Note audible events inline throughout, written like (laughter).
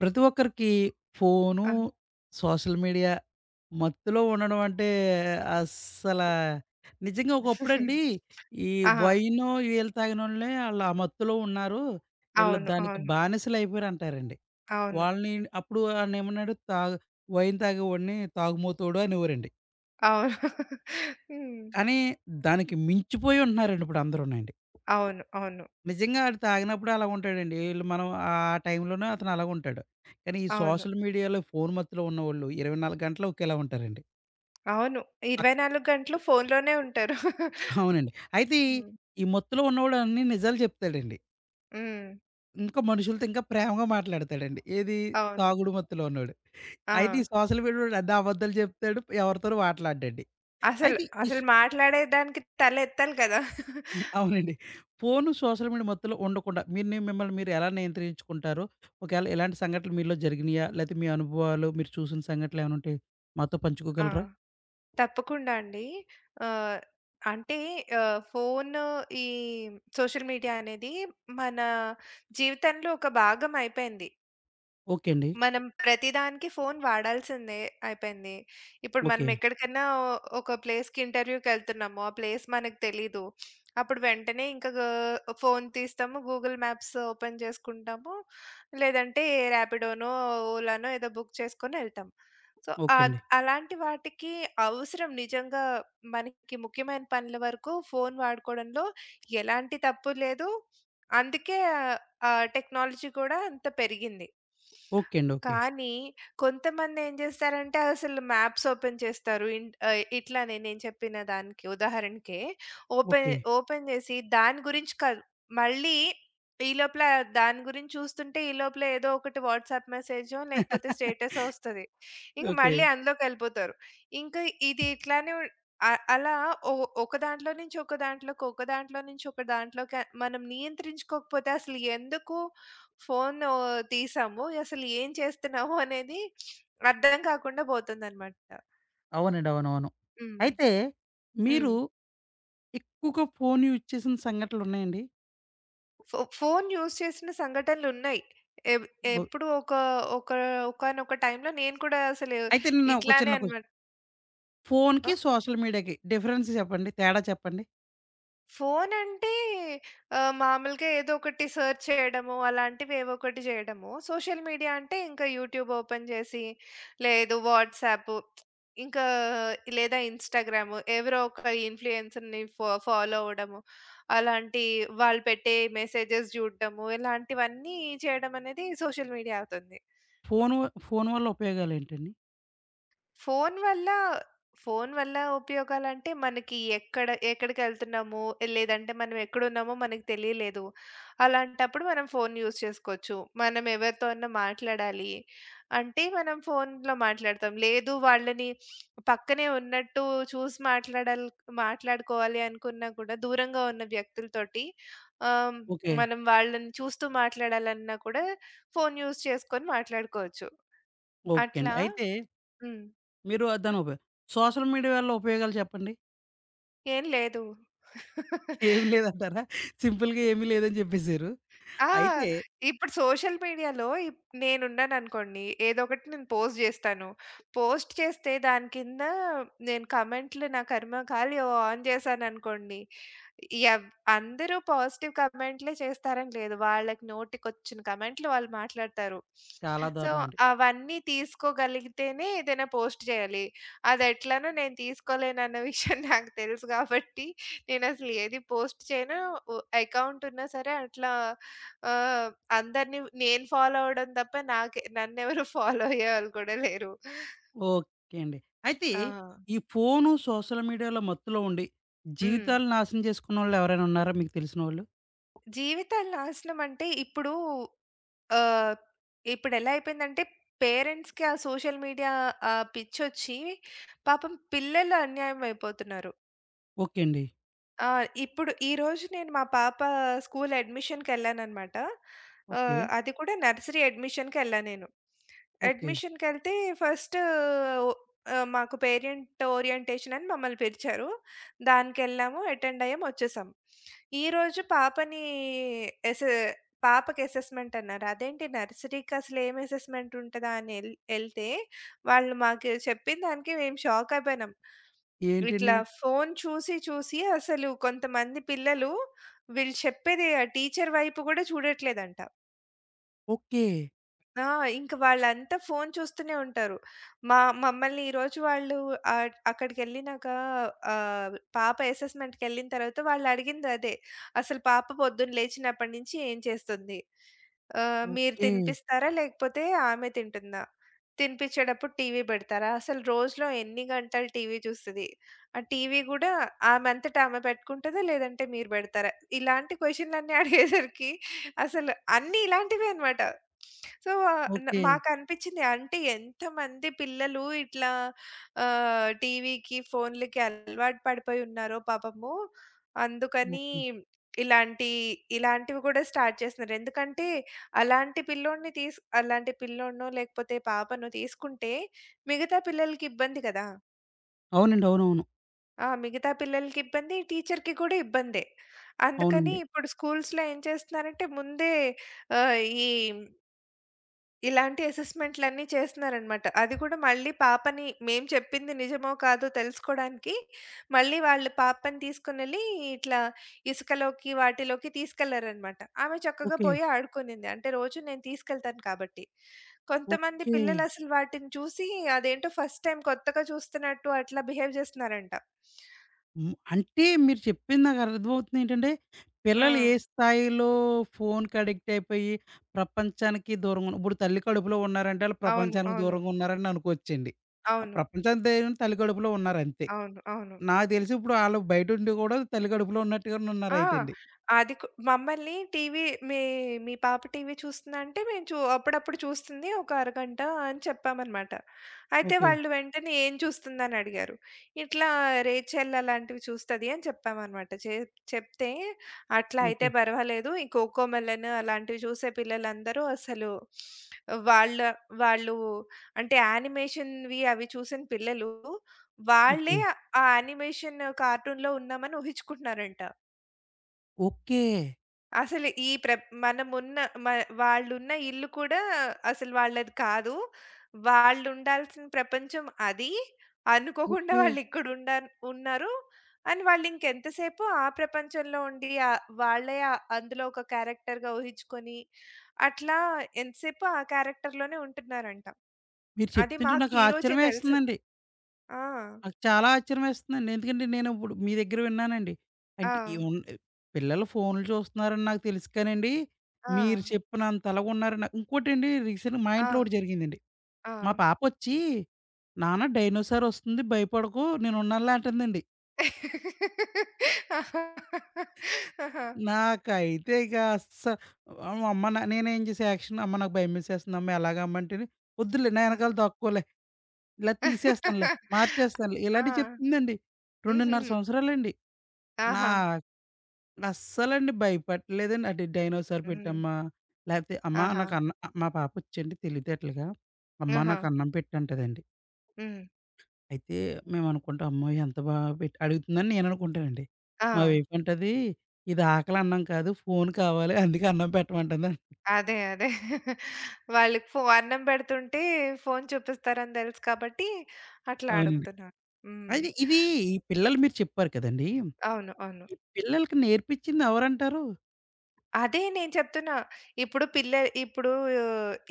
ప్రతి ఒక్కరికి ఫోను, ఆహా! సోషల్ మీడియా మత్తులో ఉండడం అంటే అస్సల నిజంగా ఒకప్పుడండి ఈ ఆహా! వైనో, వీళ్ళు తాగినోళ్ళే ఆళ్ళు ఆ మత్తులో ఉన్నారు. ఈళ్ళు అవును. దానికి అవును. బానిసలయిపోయారంటారండి. అవును. వాళ్ళని అప్పుడు ఆడనేమన్నాడు తాగు వైన్ తాగేవాడిని తాగుమోతోడు అనేవారండి. అవును. (laughs) హ్మ్. కానీ దానికి మించిపోయి ఉంటున్నారండి ఇప్పుడు అందరూనండి. అవును. అవును. నిజంగా ఆడు తాగినప్పుడు అలా ఉంటాడండి. ఈళ్ళు మనం ఆ టైంలోనే అతను అలాగుంటాడు. కానీ ఈ అవును. సోషల్ మీడియాలో, ఫోను మత్తులో ఉన్నవాళ్ళు 24 గంటలు ఒకేలా ఉంటారండి. అవును. అక్ 24 గంటలు ఫోనులోనే ఉంటారు. (laughs) అవునండి. అయితే హ్మ్. ఈ మత్తులో ఉన్నవాడు అన్ని నిజాలు చెప్తాడండి. హ్మ్. ఇంకా మనుషులతో ఇంకా ప్రేమగా మాట్లాడతాడండి. ఏది అవును. తాగుడు మత్తులో ఉన్నోడు. ఆ! అయితే ఈ సోషల్ మీడియా‌లోడు అన్ని అబద్ధాలు చెప్తాడు. ఎవరితోనూ మాట్లాడడండి. అసలు, అయితే ఈ అసలు మాట్లాడేదానికి తలెత్తాలి కదా! (laughs) హ్మ్. అవునండి. ఫోను, సోషల్ మీడియా మత్తులో ఉండకుండా మిమ్మల్ని మీరు ఎలా నియంత్రించుకుంటారు? ఒకవేళ ఇలాంటి సంఘటనలు మీలో జరిగినాయా? లేతే మీ అనుభవాలు, మీరు చూసిన సంఘటనలేమైనా ఉంటే మాతో ఆ! పంచుకోగలరా? తప్పకుండా అండి. ఆహ్, అంటే ఫోను ఈ సోషల్ మీడియా అనేది మన జీవితంలో ఒక భాగం అయిపోయింది. ఓకే అండి. మనం ప్రతిదానికి ఫోను వాడాల్సిందే అయిపోయింది. ఇప్పుడు మనం ఓకే. ఎక్కడికన్నా ఒక ప్లేస్‌కి ఇంటర్వ్యూకెళ్తున్నాము. ఆ ప్లేస్ మనకు తెలీదు. అప్పుడు వెంటనే ఇంక గా ఫోను తీస్తాము. గూగుల్ మ్యాప్స్ ఓపెన్ చేసుకుంటాము. లేదంటే ఏ ర్యాపిడోనో, ఓలానో ఏదో బుక్ చేసుకొని ఎళ్తాం. సో, ఓకే అండి. అలాంటి వాటికి అవసరం నిజంగా మనకి ముఖ్యమైన పనుల వరకు ఫోను వాడుకోవడంలో ఎలాంటి తప్పు లేదు. అందుకే టెక్నాలజీ కూడా అంత పెరిగింది. ఓకే అండి. ఓకే. కానీ కొంతమందేం జేస్తారంటే, అసలు మ్యాప్స్ ఓపెన్ చేస్తారు. ఇట్లానే నేను చెప్పిన దానికి ఉదాహరణకే ఓపెన్ ఓకే. ఓపెన్ జేసి దాని గురించి కాదు, మళ్ళీ ఈ లోపల దాని గురించి చూస్తుంటే, ఈ లోపల ఏదో ఒకటి వాట్సాప్ మెసేజో, లేకపోతే (laughs) స్టేటసో ఒస్తది. ఇంక ఓకే. మళ్ళీ అందులోకెళ్ళిపోతారు. ఇంకా ఇది ఇట్లానే ఉ అ అలా ఒ ఒక దాంట్లో నుంచి ఒక దాంట్లోకి, ఒక దాంట్లో నుంచి ఒక దాంట్లోకి మనం నియంత్రించుకోకపోతే అసలు ఎందుకు ఫోన్ తీసాము. అసలు ఏం చేస్తున్నాము అనేది అర్థం కాకుండా పోతుందనమాట. అవునండి. అవునవును. హ్మ్. అయితే మీరు హ్మ్. ఎక్కువగా ఫోను యూజ్ చేసిన సంఘటనలున్నాయండి? ఫోన్ యూజ్ చేసిన సంఘటనలున్నాయి. ఎబ్ బొ ఎప్పుడు ఒక ఒక ఒకానొక టైంలో నేను కూడా అసలు అయితే నేను ఒక ఇట్లానే చిన్న క్వెషన్ అనమాట. ఆ! ఫోనుకి, సోషల్ మీడియాకి డిఫరెన్స్ చెప్పండి? తేడా చెప్పండి? ఫోనంటే మామూలుగా ఏదో ఒకటి సెర్చ్ చేయడము, అలాంటివి ఏవో ఒకటి చేయడము. సోషల్ మీడియా అంటే ఇంకా యూట్యూబ్ ఓపెన్ చేసి, లేదు వాట్సాప్ ఇంకా లేదా ఇన్‌స్టాగ్రామ్ ఎవరో ఒక ఇన్‌ఫ్లుయెన్సర్‌ని ఫాలో అవ్వడము. అలాంటి వాళ్ళు పెట్టే మెసేజెస్ చూడడము, ఇలాంటివన్నీ చేయడం అనేది సోషల్ మీడియా అవుతుంది. ఫోను వల్ల ఉపయోగాలేంటండి? ఫోను వల్ల ఫోను వల్ల ఉపయోగాలంటే, మనకి ఎక్కడ ఎక్కడికెళ్తున్నాము, లేదంటే మనం ఎక్కడున్నామో మనకు తెలియలేదు. అలాంటప్పుడు మనం ఫోను యూజ్ చేసుకోవచ్చు. మనం ఎవరితో అన్నా మాట్లాడాలి అంటే, మనం ఫోనులో మాట్లాడతాం. లేదు వాళ్ళని పక్కనే ఉన్నట్టు చూసి మాట్లాడాలి మాట్లాడుకోవాలి అనుకున్నా కూడా, దూరంగా ఉన్న వ్యక్తులతోటి ఆహ్, ఓకే. మనం వాళ్ళని చూస్తూ మాట్లాడాలన్నా కూడా, ఫోను యూజ్ చేసుకొని మాట్లాడుకోవచ్చు. ఓకే అండి. అట్లా. అయితే హ్మ్. మీరు దాని ఉపయోగం సోషల్ మీడియా వల్ల ఉపయోగాలు చెప్పండి? ఏం లేదు. ఏమి లేదంటారా? సింపుల్‌గా ఏమీ లేదని చెప్పేసారు. ఆ! అయితే ఇప్పుడు సోషల్ మీడియాలో నేనున్నాననుకోండి, ఏదో ఒకటి నేను పోస్ట్ జేస్తాను. పోస్ట్ చేస్తే దాని కింద నేను కమెంట్‌లు నా కర్మ ఖాళీ ఆన్ చేశాననుకోండి, యవ్ అందరూ పాజిటివ్ కమెంట్‌లే చేస్తారని లేదు. వాళ్ళకి నోటికొచ్చిన కమెంట్‌లు వాళ్ళు మాట్లాడతారు. చాలా సో, దారుణం అండి. అవన్నీ తీసుకోగలిగితేనే ఏదైనా పోస్ట్ చేయాలి. అదెట్లనో నేను తీసుకోలేనన్న విషయం నాకు తెలుసు కాబట్టి, నేనసలు ఏది పోస్ట్ చేయను. ఉ అకౌంట్ ఉన్నా సరే అట్లా ఆహ్, అందరిని నేను ఫాలో అవ్వడం తప్ప నాకే నన్నెవరు ఫాలో అయ్యేవాళ్ళు కూడా లేరు. ఓకే అండి. అయితే ఆ! ఈ ఫోను, సోషల్ మీడియాలో మత్తులో ఉండి హ్మ్. జీవితాలు నాశనం చేసుకున్నోళ్ళు ఎవరైనా ఉన్నారా మీకు తెలిసినోళ్ళు? జీవితాలు నాశనం అంటే ఇప్పుడు ఆహ్, ఇప్పుడెలా అయిపోయిందంటే పేరెంట్స్‌కి ఆ సోషల్ మీడియా ఆ పిచ్చొచ్చి పాపం పిల్లలు అన్యాయం అయిపోతున్నారు. ఓకే అండి. ఆ! ఇప్పుడు ఈరోజు నేను మా పాప స్కూల్ అడ్మిషన్‌కెళ్ళాననమాట. ఓకే. అది కూడా నర్సరీ అడ్మిషన్‌కెళ్ళా నేను. ఓకే. అడ్మిషన్‌కెళ్తే ఫస్ట్ ఓ మాకు పేరెంట్ ఓరియంటేషన్ అని మమ్మల్ని పిలిచారు. దానికెళ్ళాము, అటెండ్ అయ్యాం, వచ్చేసాం. ఈరోజు పాపని ఎస్ పాపకి అసెస్మెంట్ అన్నారు. అదేంటి నర్సరీకి అసలు ఏం అసెస్మెంట్ ఉంటదా అని ఎళ్తే, వాళ్ళు మాకు చెప్పిన దానికి మేము షాక్ అయిపోయినాం. ఇట్లా ఏంటండి? ఫోను చూసి, చూసి అసలు కొంతమంది పిల్లలు వీళ్ళు చెప్పేది ఆ టీచర్ వైపు గూడా చూడట్లేదంట. ఓకే. ఆ! ఇంక వాళ్ళంతా ఫోను చూస్తూనే ఉంటారు. మా మమ్మల్ని ఈరోజు వాళ్ళు అక్కడికెళ్ళినాక పాప అసెస్మెంట్‌కెళ్ళిన తర్వాత వాళ్ళడిగిందదే. అసలు పాప పొద్దున్న లేచినప్పటి నుంచి ఏం చేస్తుంది? మీరు ఓకే. తినిపిస్తారా? లేకపోతే ఆమె తింటుందా? తినిపించేటప్పుడు టీవీ పెడతారా? అసలు రోజులో ఎన్ని గంటలు టీవీ చూస్తది? ఆ టీవీ గూడా ఆమె అంతట ఆమె పెట్టుకుంటదా? లేదంటే మీరు పెడతారా? ఇలాంటి క్వెషన్‌లన్నీ (laughs) అడిగేసరికి అసలు అన్నీ ఇలాంటివే అనమాట. సో, ఆహ్, న ఓకే. మాకనిపించింది అంటే ఎంతమంది పిల్లలు ఇట్లా టీవీకి, ఫోన్‌లకి అలవాటు పడిపోయి ఉన్నారో పాపము. అందుకని ఓకే. ఇలాంటి ఇలాంటివి కూడా స్టార్ట్ చేస్తున్నారు. ఎందుకంటే అలాంటి పిల్లోడిని తీస్ అలాంటి పిల్లోడినో లేకపోతే పాపనో తీసుకుంటే మిగతా పిల్లలకి ఇబ్బంది కదా! అవునండి. అవునవును. ఆ! మిగతా పిల్లలకి ఇబ్బంది, టీచర్‌కి కూడా ఇబ్బందే. అందుకని అవునండి. ఇప్పుడు స్కూల్స్‌లో ఏం చేస్తున్నారంటే ముందే ఆహ్, ఈ ఇలాంటి అసెస్‌మెంట్‌లన్నీ చేస్తున్నారనమాట. అది కూడా మళ్ళీ పాపని మేము చెప్పింది నిజమో కాదో తెలుసుకోడానికి మళ్ళీ వాళ్ళు పాపని తీసుకొనెళ్ళి ఇట్లా ఇసుకలోకి, వాటిలోకి తీసుకెళ్లారనమాట. ఆమె చక్కగా ఓకే. పోయి ఆడుకునింది. అంటే రోజు నేను తీసుకెళ్తాను కాబట్టి. కొంతమంది ఓకే. పిల్లలసలు వాటిని చూసి అదేంటో ఫస్ట్ టైమ్ కొత్తగా చూస్తున్నట్టు అట్లా బిహేవ్ చేస్తున్నారంట. హ్మ్. అంటే మీరు చెప్పింది నాకు అర్థమవుతుంది ఏంటంటే, ఆ! పిల్లలు ఏ స్థాయిలో ఫోన్‌కి అడిక్ట్ అయిపోయి ప్రపంచానికి దూరంగా ఉన్న ఇప్పుడు తల్లి కడుపులో ఉన్నారంటే ఆళ్ళు అవును. ప్రపంచానికి అవును. దూరంగా ఉన్నారని అనుకోవచ్చండి. ఆ అవును. ప్రపంచానికి దూరంగా తల్లి కడుపులో ఉన్నారంతే. అవును. అవును. నాకు తెలిసి ఇప్పుడు ఆళ్ళు బయటుండి కూడా తల్లి కడుపులో ఉన్నట్టుగానే ఆ! ఉన్నారైతే అండి. అది కు మమ్మల్ని టీవీ మీ మీ పాప టీవీ చూస్తుందా? అంటే మేము అప్పుడప్పుడు చూస్తుంది. ఒక అరగంట అని చెప్పామనమాట. అయితే ఓకే. వాళ్ళు వెంటనే ఏం చూస్తుందని అడిగారు. ఇట్లా 'రేచెల్' అలాంటివి చూస్తది అని చెప్పామనమాట. చెప్తే అట్లా అయితే ఓకే. పర్వాలేదు. ఈ 'కోకోమెలన్' అలాంటివి చూసే పిల్లలందరూ అసలు వాళ్ళ వాళ్ళు అంటే యానిమేషన్‌వి అవి చూసిన పిల్లలు వాళ్ళే ఓకే. ఆ యానిమేషన్ కార్టూన్‌లో ఉన్నామని ఊహించుకుంటున్నారంట. ఓకే. అసలు ఈ ప్ర మనమున్న మ వాళ్ళున్న ఇల్లు కూడా అసలు వాళ్ళది కాదు. వాళ్ళుండాల్సిన ప్రపంచం అది. అనుకోకుండా ఓకే. ఉన్నారు. అని వాళ్ళింకెంతసేపు ఆ ప్రపంచంలో ఉండి వాళ్ళే ఆ- అందులో ఒక క్యారెక్టర్‌గా ఊహించుకొని, అట్లా ఎంతసేపు ఆ క్యారెక్టర్‌లోనే ఉంటున్నారంట. మీరు అది చెప్తుంటే మాకు నాకు ఈ రోజే తెలిసింది. ఆశ్చర్యమేస్తుందండి. ఆ! నాకు చాలా ఆశ్చర్యం వేస్తుందండి. ఎందుకంటే నేను ఇప్పుడు మీ దగ్గర విన్నానండి. ఆ! అంటే ఈ ఉన్ పిల్లలు ఫోన్‌లు చూస్తున్నారని నాకు తెలుసు కానండి, ఆ! మీరు చెప్పినంతలాగా ఉన్నారని నాకు ఇంకోటండి రీసెంట్‌గా మా ఆ! ఇంట్లో ఒకటి జరిగిందండి. ఆ! మా పాపొచ్చి, "నాన్న డైనోసార్ ఒస్తుంది భయపడకు నేనున్నానులే" అంటుందండి. (laughs) ఆహా! ఆహా! నాకైతే ఇక అస్స అమ్మ నా నేనేం చేసే యాక్షన్ "అమ్మ నాకు భయమేసేస్తుంది అమ్మ ఎలాగమ్మ" అంటేని "వద్దులే నా ఆ! ఎనకాల దాక్కోలే, ఇలా తీసేస్తానులే, (laughs) మార్చేస్తానులే" ఇలాంటివి ఆ! చెప్తుందండి. 2:30 హుహుహు. సంవత్సరాలండి. నా ఆహా! అస్సలండి భయపడలేదండి. అంటే డైనోసార్ హ్మ్. పెట్టమ్మా, లేతే అమ్మా ఆహా! నాకు అన్న మా పాపొచ్చండి తెలివితేటలుగా, అమ్మా ఆహా! నాకు అన్నం పెట్టంటదండి. హ్మ్. అయితే మేమనుకుంటాం అమ్మో! ఎంత బా అడుగుతుందని నేననుకుంటానండి. ఆ! మా వైఫ్ అంటది, "ఇది ఆకలి అన్నం కాదు ఫోను కావాలి అందుకే అన్నం పెట్టమంటుందండి." అదే. అదే. వాళ్ళకి అన్నం పెడుతుంటే ఫోను చూపిస్తారని తెలుసు కాబట్టి అట్లా అవునండి. అడుగుతున్నారు. హ్మ్. అయితే ఇది ఈ పిల్లలు మీరు చెప్పారు కదండీ! అవును. అవును. ఈ పిల్లలకి నేర్పించింది ఎవరంటారు? అదే నేను చెప్తున్నా. ఇప్పుడు పిల్ల ఇప్పుడు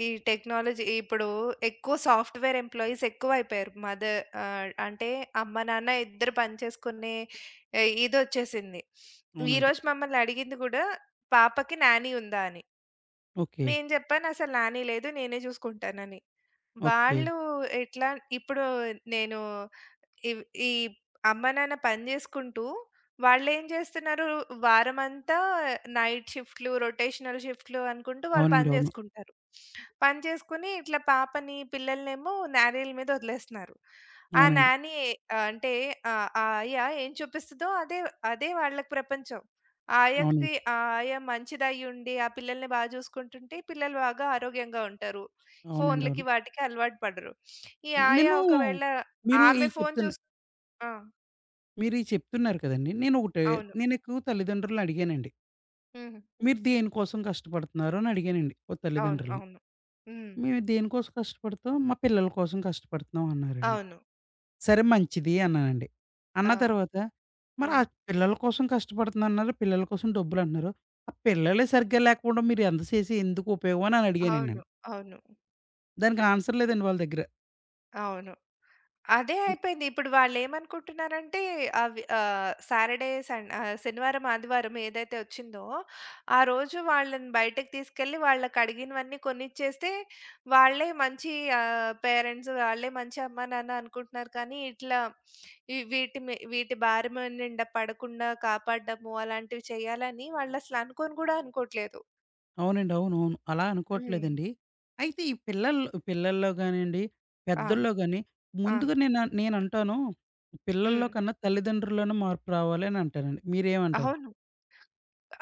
ఈ టెక్నాలజీ ఇప్పుడు ఎక్కువ సాఫ్ట్‌వేర్ ఎంప్లాయీస్ ఎక్కువైపోయారు. అంటే అమ్మ, నాన్న ఇద్దరు పని చేసుకునే ఇదొచ్చేసింది. అవునండి. ఈరోజు మమ్మల్ని అడిగింది గూడా "పాపకి నాని ఉందా?" అని. ఓకే. నేను చెప్పాను అసలు నాని లేదు నేనే చూసుకుంటానని. ఓకే. వాళ్ళు ఎట్లా ఇప్పుడు నేను ఇవ్ ఈ అమ్మా, నాన్న పని జేసుకుంటూ వాళ్ళేం జేస్తున్నారు, వారమంతా నైట్ షిఫ్ట్‌లు, రొటేషనల్ షిఫ్ట్‌లు అనుకుంటూ వాళ్ళు పని అవునండి. అవును. జేసుకుంటారు. పని చేసుకొని ఇట్లా పాపని, పిల్లలనేమో నానీల మీద వదిలేస్తున్నారు. ఆ అవునండి. నానీ ఆహ్, అంటే ఆహ్, ఆ ఆయ ఏం చూపిస్తదో అదే అదే వాళ్ళకి ప్రపంచం. ఆ అవునండి. ఆయకి అవునండి. ఆ ఆయ మంచిదయ్యుండి, ఆ పిల్లల్ని బాగా జూసుకుంటుంటే పిల్లలు బాగా ఆరోగ్యంగా ఉంటారు. అవునండి. ఫోన్‌లకి అవును. వాటికి అలవాటు పడరు. ఈ ఆయ నేను ఒకవేళ మీరు ఈ ఆమె ఫోను చెప్తున్న చూస్ ఆ! మీరు ఈ చెప్తున్నారు కదండీ! నేనొకటి అవును. నేను ఎక్కువ తల్లిదండ్రులని అడిగానండి. హుహు. మీరు దేనికోసం కష్టపడుతున్నారు అని అడిగానండి. ఓ అవును. తల్లిదండ్రులని. అవును. హ్మ్. "మేము దేనికోసం కష్టపడతాం? మా పిల్లల కోసం కష్టపడుతున్నాం" అన్నారండి. అవును. సరే మంచిది అన్నానండి. ఆ! అన్న తర్వాత మరి ఆ హ్మ్. పిల్లల కోసం కష్టపడుతున్నా అన్నారు. పిల్లల కోసం డబ్బులంటున్నారు. ఆ పిల్లలే సరిగ్గా లేకపోవడం మీరు ఎంత చేసి ఎందుకు ఉపయోగం అని అడిగానండి అవును. నేను. అవును. దానికి ఆన్సర్ లేదండి వాళ్ళ దగ్గర. అవును. అదే అయిపోయింది. ఇప్పుడు వాళ్ళేమనుకుంటున్నారంటే అవి ఆహ్, సాటర్‌డే, సన్ ఆహ్, శనివారం, ఆదివారం ఏదైతే వచ్చిందో, ఆ రోజు వాళ్ళని బయటకి తీసుకెళ్ళి వాళ్ళకడిగినవన్నీ కొనిచ్చేస్తే, వాళ్ళే మంచి పేరెంట్స్, వాళ్ళే మంచి అమ్మా, నాన్న అనుకుంటున్నారు. కానీ ఇట్లా ఈ వీటి భారం నిండా పడకుండా కాపాడ్డము, అలాంటివి చేయాలని వాళ్ళసలు అనుకోని గూడా అనుకోట్లేదు. అవునండి. అవునవును. అలా హ్మ్. అనుకోవట్లేదండి. అయితే ఈ పిల్లల్ పిల్లల్లో గానియండి, ఆ! పెద్దల్లో గాని ఆ! ముందుగా నేనంటాను పిల్లల్లో హ్మ్. కన్నా తల్లిదండ్రుల్లోనే మార్పు రావాలి అని అంటానండి. మీరేమంటారు? అవును.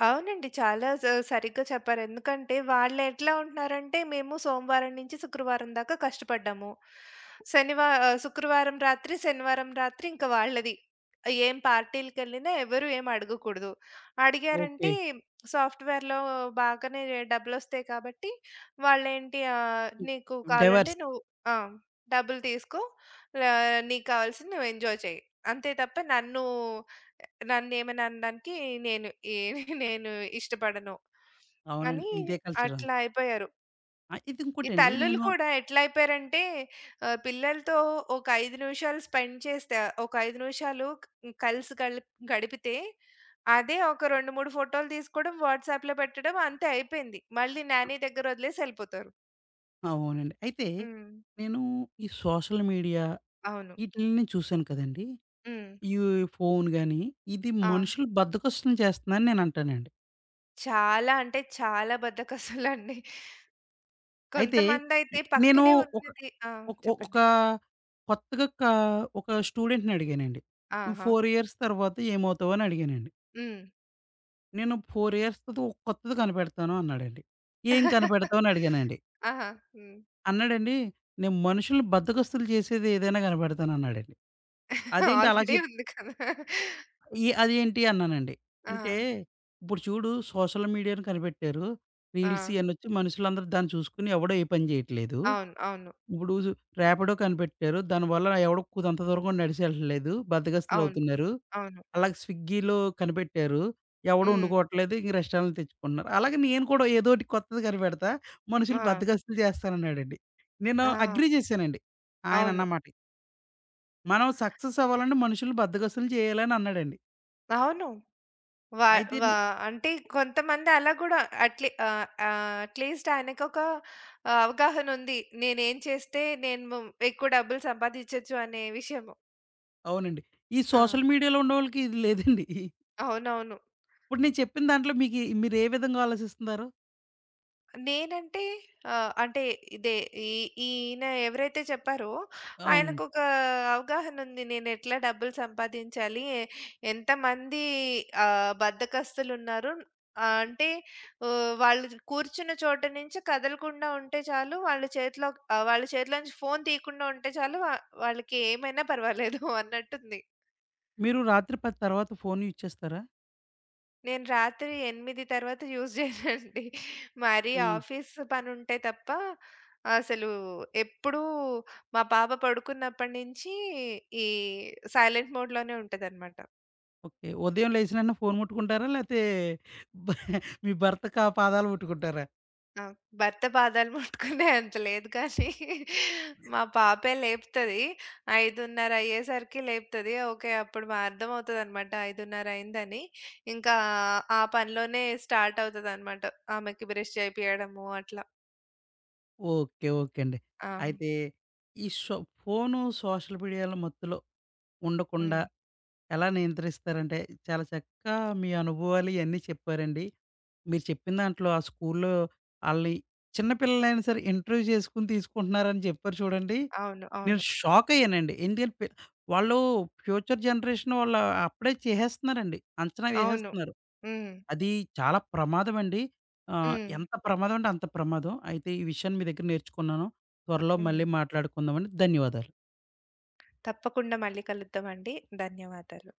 అవునండి. చాలా స సరిగ్గా చెప్పారు. ఎందుకంటే వాళ్ళెట్లా ఉంటున్నారంటే, మేము సోమవారం నుంచి శుక్రవారం దాకా కష్టపడ్డాము. శుక్రవారం రాత్రి, శనివారం రాత్రి ఇంక వాళ్ళది. ఏం పార్టీలకెళ్ళినా ఎవరు ఏం అడగకూడదు. అడిగారంటే ఓకే. సాఫ్ట్‌వేర్‌లో బాగానే డబ్బులొస్తాయి కాబట్టి వాళ్ళేంటి నీకు కావాలంటే డైవర్స్. నువ్వు ఆ! డబ్బులు తీసుకో. నీకు కావాల్సింది నువ్వు ఎంజాయ్ చెయి. అంతే తప్ప నన్ను నన్నేమైనా అనడానికి నేను ఏ (laughs) నేను ఇష్టపడను అవునండి. అని ఇదే కల్చర్ ఉంది. అట్లా అయిపోయారు. ఆ! ఇది ఈ ఇంకోటండి తల్లులు నేను కూడా ఎట్లా అయిపోయారంటే పిల్లలతో ఒక 5 నిమిషాలు స్పెండ్ చేస్తే ఒక 5 నిమిషాలు కలిసి గడిపితే అదే ఒక 2, 3 ఫోటోలు తీసుకోవడం, వాట్సాప్‌లో పెట్టడం అంతే అయిపోయింది. మళ్ళీ నాని దగ్గర వదిలేసి ఎళ్ళిపోతారు. అవునండి. అయితే హ్మ్. నేను ఈ సోషల్ మీడియా అవును. ఈటిల్ని చూసాను కదండీ! హ్మ్. ఈ ఫోను గాని, ఇది ఆ! మనుషులు బద్ధకస్తుల్ని చేస్తుందని నేనంటానండి. చాలా అంటే చాలా బద్ధకస్తులండి. అయితే కొంతమందైతే ఇక్- నేను పక్కనే ఒక ఉన్నది ఆ! ఒక ఒ చెప్పండి. ఒక కొత్తగా కా ఒక స్టూడెంట్‌ని అడిగానండి. "నువ్వు ఆహా! 4 ఇయర్స్ తర్వాత ఏమవుతావు?" అని అడిగానండి. హ్మ్. "నేను 4 ఇయర్స్ తర్వాత ఒక కొత్తది కనిపెడతాను" అన్నాడండి. "ఏం కనిపెడతావు?" అని అడిగానండి. ఆహా! హ్మ్. అన్నాడండి, "నేను మనుషుల్ని బద్ధకస్తులు చేసేది ఏదైనా కనిపెడతాను" అన్నాడండి. (laughs) "అదేంటి అలా ఆల్రెడీ చెప్ ఉంది కదా! ఈ అదేంటి?" అన్నానండి. ఆ! అంటే ఇప్పుడు చూడు సోషల్ మీడియాను కనిపెట్టారు. ఆ! రీల్స్ ఇయన్నొచ్చి మనుషులందరూ దాన్ని చూసుకొని ఎవడో ఏ పని చేయట్లేదు. అవును. అవును. ఇప్పుడు సు ర్యాపిడో కనిపెట్టారు. దానివల్ల ఎవడు అంత దూరం కూడా నడిచి ఎళ్ళట్లేదు. అవును. బద్ధకస్తులవుతున్నారు. అవును. అలాగే స్విగ్గీలో కనిపెట్టారు. ఎవడు హ్మ్. వండుకోవట్లేదు. ఇంక రెస్టారెంట్లు తెచ్చుకుంటున్నారు. అలాగే నేను కూడా ఏదోటి కొత్తది కనిపెడతా. మనుషులు ఆ! బద్ధకస్తులు చేస్తానన్నాడండి. నేను ఆ! అగ్రీ చేశానండి. ఆయన అవును. అన్న మాటకి. మనం సక్సెస్ అవ్వాలంటే మనుషుల్ని బద్ధకస్తులు చేయాలని అన్నాడండి. అవును. వా అయితే వా నే అంటే కొంతమంది అలా గూడా అట్‌లీస్ట్ ఆయనకొక అవగాహనుంది. నేనేం చేస్తే నేను ఎక్కువ డబ్బులు సంపాదించొచ్చు అనే విషయము. అవునండి. ఈ ఆ! సోషల్ మీడియాలో ఉన్నోళ్ళకి ఇది లేదండి. అవునవును. ఇప్పుడు నేను చెప్పిన దాంట్లో మీకి మీరు ఏ విధంగా ఆలోచిస్తున్నారు? నేనంటే ఆహ్, అంటే ఇదే ఈ ఈయన ఎవరైతే చెప్పారో అవునండి. ఆయనకొక అవగాహన ఉంది. నేనెట్లా డబ్బులు సంపాదించాలి? ఎంతమంది బద్ధకస్తులున్నారు? ఆహ్, అంటే వాళ్ళు కూర్చున్న చోట నుంచి కదలకుండా ఉంటే చాలు. వాళ్ళ చేతిలో నుంచి ఫోను తీయకుండా ఉంటే చాలు. వాళ్ళకి ఏమైనా పర్వాలేదు (laughs) అన్నట్టుంది. మీరు రాత్రి 10 తర్వాత ఫోను యూజ్ చేస్తారా? నేను రాత్రి 8 తర్వాత యూజ్ చేయనండి. మరీ హ్మ్. ఆఫీస్ పనుంటే తప్ప అసలు ఎప్పుడూ మా పాప పడుకున్నప్పటి నుంచి ఈ సైలెంట్ మోడ్‌లోనే ఉంటదనమాట. ఓకే. ఉదయం లేచిన వెంటనే ఫోను ముట్టుకుంటారా? లేతే (laughs) బ మీ భర్త పాదాలు ముట్టుకుంటారా? ఆ! భర్త పాదాలు ముట్టుకునే అంత లేదు కానీ మా పాపే లేపుతది. 5:30 అయ్యేసరికి లేపుతది. ఓకే. అప్పుడు మా అర్థమవుతదనమాట 5:30 అయిందని. ఇంకా ఆ పనిలోనే స్టార్ట్ అవుతదనమాట. ఆమెకి బ్రష్ చేపియడము అట్లా. ఓకే. ఓకే అండి. ఆ! అయితే ఈ సో ఫోను, సోషల్ మీడియాల మత్తులో ఉండకుండా హ్మ్. ఎలా నియంత్రిస్తారంటే, చాలా చక్కగా మీ అనుభవాలు ఇయన్నీ చెప్పారండి. మీరు చెప్పిన దాంట్లో ఆ స్కూల్లో ఆళ్ళని చిన్న పిల్లలైనా సరే ఇంటర్వ్యూ చేసుకొని తీసుకుంటున్నారని చెప్పారు చూడండి. అవును. అవును. నేను షాకయ్యానండి. ఎందుకని పి వాళ్ళు ఫ్యూచర్ జనరేషన్ వాళ్ళు అప్పుడే చేసేస్తున్నారండి. అంచనా అవును. వేసేస్తున్నారు. హ్మ్. అది చాలా ప్రమాదమండి. హ్మ్. ఎంత ప్రమాదం అంటే అంత ప్రమాదం. అయితే ఈ విషయాన్ని మీ దగ్గర నేర్చుకున్నాను. త్వరలో హ్మ్. మళ్ళీ మాట్లాడుకుందామండి. ధన్యవాదాలు. తప్పకుండా మళ్ళీ కలుద్దామండి. ధన్యవాదాలు.